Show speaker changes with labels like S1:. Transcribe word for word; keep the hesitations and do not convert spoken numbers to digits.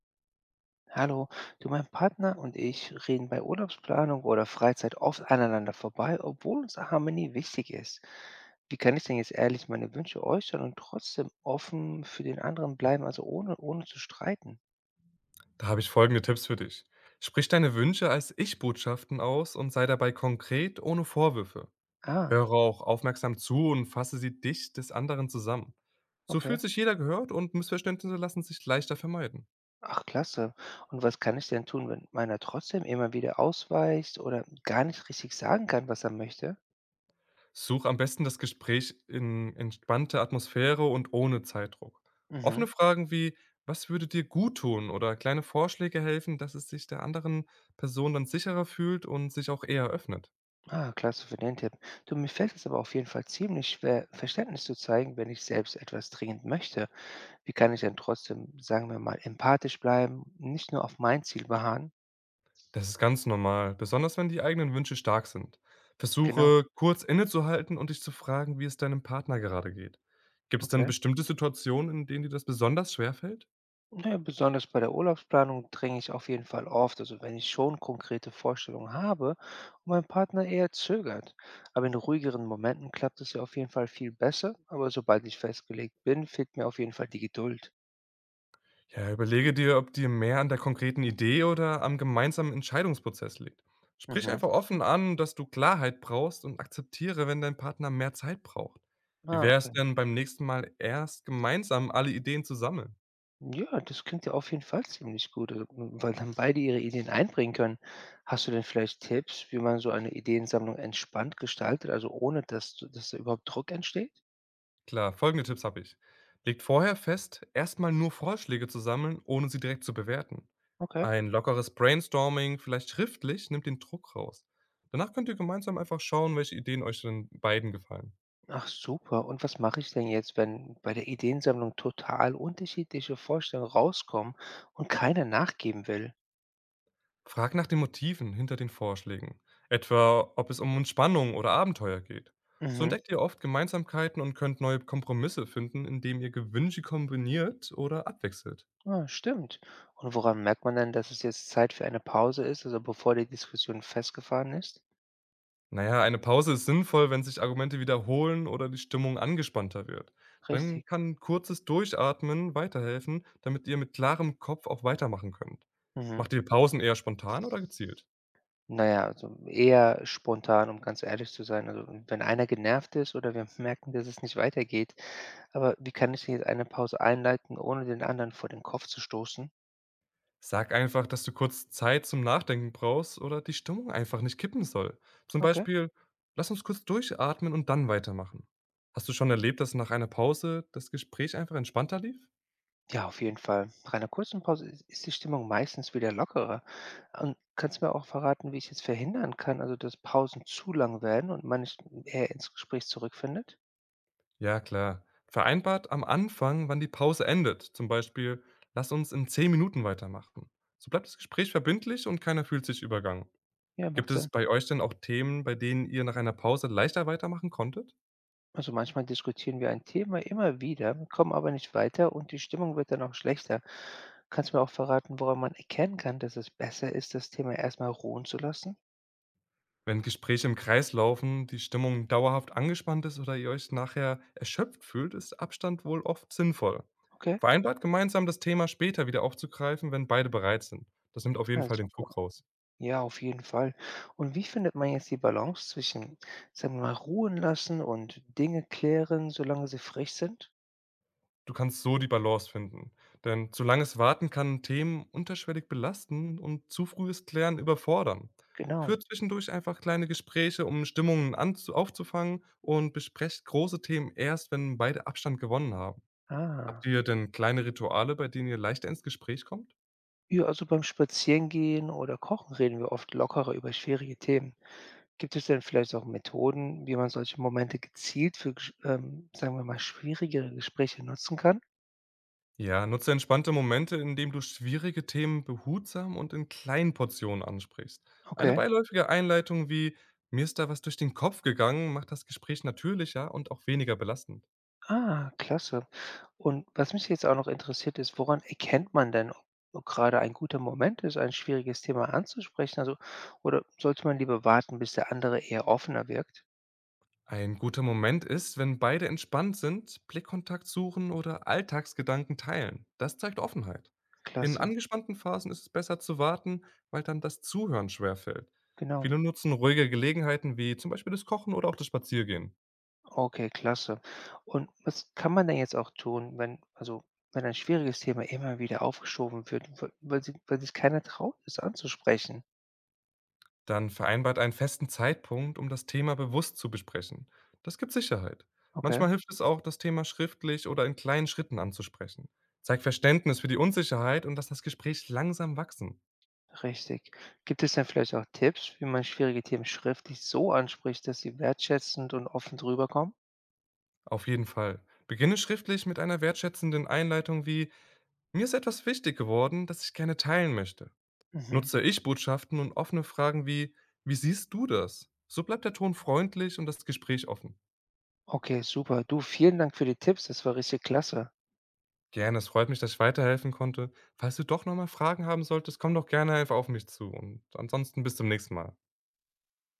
S1: Hallo, du, mein Partner und ich reden bei Urlaubsplanung oder Freizeit oft aneinander vorbei, obwohl uns Harmonie wichtig ist. Wie kann ich denn jetzt ehrlich meine Wünsche äußern und trotzdem offen für den anderen bleiben, also ohne, ohne zu streiten?
S2: Da habe ich folgende Tipps für dich. Sprich deine Wünsche als Ich-Botschaften aus und sei dabei konkret ohne Vorwürfe. Höre
S1: Ah,
S2: auch aufmerksam zu und fasse sie dich des anderen zusammen. So fühlt
S1: okay.
S2: sich jeder gehört und Missverständnisse lassen sich leichter vermeiden.
S1: Ach, klasse. Und was kann ich denn tun, wenn meiner trotzdem immer wieder ausweicht oder gar nicht richtig sagen kann, was er möchte?
S2: Such am besten das Gespräch in entspannter Atmosphäre und ohne Zeitdruck.
S1: Mhm.
S2: Offene Fragen wie, was würde dir gut tun oder kleine Vorschläge helfen, dass es sich der anderen Person dann sicherer fühlt und sich auch eher öffnet.
S1: Ah, klasse für den Tipp. Du, mir fällt es aber auf jeden Fall ziemlich schwer, Verständnis zu zeigen, wenn ich selbst etwas dringend möchte. Wie kann ich denn trotzdem, sagen wir mal, empathisch bleiben, nicht nur auf mein Ziel beharren?
S2: Das ist ganz normal, besonders wenn die eigenen Wünsche stark sind.
S1: Genau,
S2: Versuche kurz innezuhalten und dich zu fragen, wie es deinem Partner gerade geht. Gibt es denn
S1: okay.
S2: bestimmte Situationen, in denen dir das besonders schwer fällt?
S1: Naja, besonders bei der Urlaubsplanung dränge ich auf jeden Fall oft, also wenn ich schon konkrete Vorstellungen habe und mein Partner eher zögert. Aber in ruhigeren Momenten klappt es ja auf jeden Fall viel besser, aber sobald ich festgelegt bin, fehlt mir auf jeden Fall die Geduld.
S2: Ja, überlege dir, ob dir mehr an der konkreten Idee oder am gemeinsamen Entscheidungsprozess liegt. Sprich
S1: Mhm.
S2: einfach offen an, dass du Klarheit brauchst und akzeptiere, wenn dein Partner mehr Zeit braucht. Wie
S1: Ah,
S2: wäre
S1: okay.
S2: es denn beim nächsten Mal erst gemeinsam alle Ideen zu sammeln?
S1: Ja, das klingt ja auf jeden Fall ziemlich gut, also, hm, weil dann beide ihre Ideen einbringen können. Hast du denn vielleicht Tipps, wie man so eine Ideensammlung entspannt gestaltet, also ohne dass du dass da überhaupt Druck entsteht?
S2: Klar, folgende Tipps habe ich. Legt vorher fest, erstmal nur Vorschläge zu sammeln, ohne sie direkt zu bewerten.
S1: Okay.
S2: Ein lockeres Brainstorming, vielleicht schriftlich, nimmt den Druck raus. Danach könnt ihr gemeinsam einfach schauen, welche Ideen euch denn beiden gefallen.
S1: Ach super. Und was mache ich denn jetzt, wenn bei der Ideensammlung total unterschiedliche Vorstellungen rauskommen und keiner nachgeben will?
S2: Frag nach den Motiven hinter den Vorschlägen, etwa ob es um Spannung oder Abenteuer geht. So
S1: Mhm.
S2: entdeckt ihr oft Gemeinsamkeiten und könnt neue Kompromisse finden, indem ihr Gewünsche kombiniert oder abwechselt.
S1: Ah, stimmt. Und woran merkt man denn, dass es jetzt Zeit für eine Pause ist, also bevor die Diskussion festgefahren ist?
S2: Na ja, eine Pause ist sinnvoll, wenn sich Argumente wiederholen oder die Stimmung angespannter wird. Dann
S1: Richtig.
S2: kann kurzes Durchatmen weiterhelfen, damit ihr mit klarem Kopf auch weitermachen könnt.
S1: Mhm.
S2: Macht ihr Pausen eher spontan oder gezielt?
S1: Na ja, also eher spontan, um ganz ehrlich zu sein. Also, wenn einer genervt ist oder wir merken, dass es nicht weitergeht. Aber wie kann ich denn jetzt eine Pause einleiten, ohne den anderen vor den Kopf zu stoßen?
S2: Sag einfach, dass du kurz Zeit zum Nachdenken brauchst oder die Stimmung einfach nicht kippen soll. Zum
S1: Okay.
S2: Beispiel, lass uns kurz durchatmen und dann weitermachen. Hast du schon erlebt, dass nach einer Pause das Gespräch einfach entspannter lief?
S1: Ja, auf jeden Fall. Nach einer kurzen Pause is ist die Stimmung meistens wieder lockerer. Und kannst du mir auch verraten, wie ich jetzt verhindern kann, also dass Pausen zu lang werden und man nicht eher ins Gespräch zurückfindet?
S2: Ja, klar. Vereinbart am Anfang, wann die Pause endet. Zum Beispiel, lass uns in zehn Minuten weitermachen. So bleibt das Gespräch verbindlich und keiner fühlt sich übergangen.
S1: Ja,
S2: Gibt
S1: macht Sinn.
S2: es bei euch denn auch Themen, bei denen ihr nach einer Pause leichter weitermachen konntet?
S1: Also manchmal diskutieren wir ein Thema immer wieder, kommen aber nicht weiter und die Stimmung wird dann auch schlechter. Kannst du mir auch verraten, woran man erkennen kann, dass es besser ist, das Thema erstmal ruhen zu lassen?
S2: Wenn Gespräche im Kreis laufen, die Stimmung dauerhaft angespannt ist oder ihr euch nachher erschöpft fühlt, ist Abstand wohl oft sinnvoll.
S1: Okay,
S2: Vereinbart gemeinsam das Thema später wieder aufzugreifen, wenn beide bereit sind. Das nimmt auf jeden
S1: ah,
S2: Fall den
S1: super.
S2: Druck raus.
S1: Ja, auf jeden Fall. Und wie findet man jetzt die Balance zwischen, sagen wir mal, ruhen lassen und Dinge klären, solange sie frisch sind?
S2: Du kannst so die Balance finden. Denn zu langes Warten kann Themen unterschwellig belasten und zu frühes Klären überfordern.
S1: Genau.
S2: Führt zwischendurch einfach kleine Gespräche, um Stimmungen anzu aufzufangen und besprecht große Themen erst, wenn beide Abstand gewonnen haben. Habt
S1: Ah.
S2: ihr denn kleine Rituale, bei denen ihr leichter ins Gespräch kommt?
S1: Ja, also beim Spazierengehen oder Kochen reden wir oft lockerer über schwierige Themen. Gibt es denn vielleicht auch Methoden, wie man solche Momente gezielt für gesch ähm, sagen wir mal, schwierigere Gespräche nutzen kann?
S2: Ja, nutze entspannte Momente, indem du schwierige Themen behutsam und in kleinen Portionen ansprichst. Eine
S1: Okay.
S2: beiläufige Einleitung wie „Mir ist da was durch den Kopf gegangen“ macht das Gespräch natürlicher und auch weniger belastend.
S1: Ah, klasse. Und was mich jetzt auch noch interessiert ist, woran erkennt man denn, ob ob gerade ein guter Moment ist, ein schwieriges Thema anzusprechen? Also, oder sollte man lieber warten, bis der andere eher offener wirkt?
S2: Ein guter Moment ist, wenn beide entspannt sind, Blickkontakt suchen oder Alltagsgedanken teilen. Das zeigt Offenheit. In
S1: Klasse,
S2: angespannten Phasen ist es besser zu warten, weil dann das Zuhören schwerfällt.
S1: genau.
S2: Viele nutzen ruhige Gelegenheiten wie zum Beispiel das Kochen oder auch das Spaziergehen.
S1: Okay, klasse. Und was kann man denn jetzt auch tun, wenn, also, wenn ein schwieriges Thema immer wieder aufgeschoben wird, weil weil sich weil sich keiner traut, es anzusprechen?
S2: Dann vereinbart einen festen Zeitpunkt, um das Thema bewusst zu besprechen. Das gibt Sicherheit.
S1: Okay,
S2: Manchmal hilft es auch, das Thema schriftlich oder in kleinen Schritten anzusprechen. Zeig Verständnis für die Unsicherheit und lass das Gespräch langsam wachsen.
S1: richtig. Gibt es denn vielleicht auch Tipps, wie man schwierige Themen schriftlich so anspricht, dass sie wertschätzend und offen drüber kommen?
S2: Auf jeden Fall. Beginne schriftlich mit einer wertschätzenden Einleitung wie „Mir ist etwas wichtig geworden, das ich gerne teilen möchte“.
S1: Mhm.
S2: Nutze Ich-Botschaften und offene Fragen wie „Wie siehst du das?“ So bleibt der Ton freundlich und das Gespräch offen.
S1: Okay, super. Du, vielen Dank für die Tipps. Das war richtig klasse.
S2: Gerne, es freut mich, dass ich weiterhelfen konnte. Falls du doch noch mal Fragen haben solltest, komm doch gerne einfach auf mich zu und ansonsten bis zum nächsten Mal.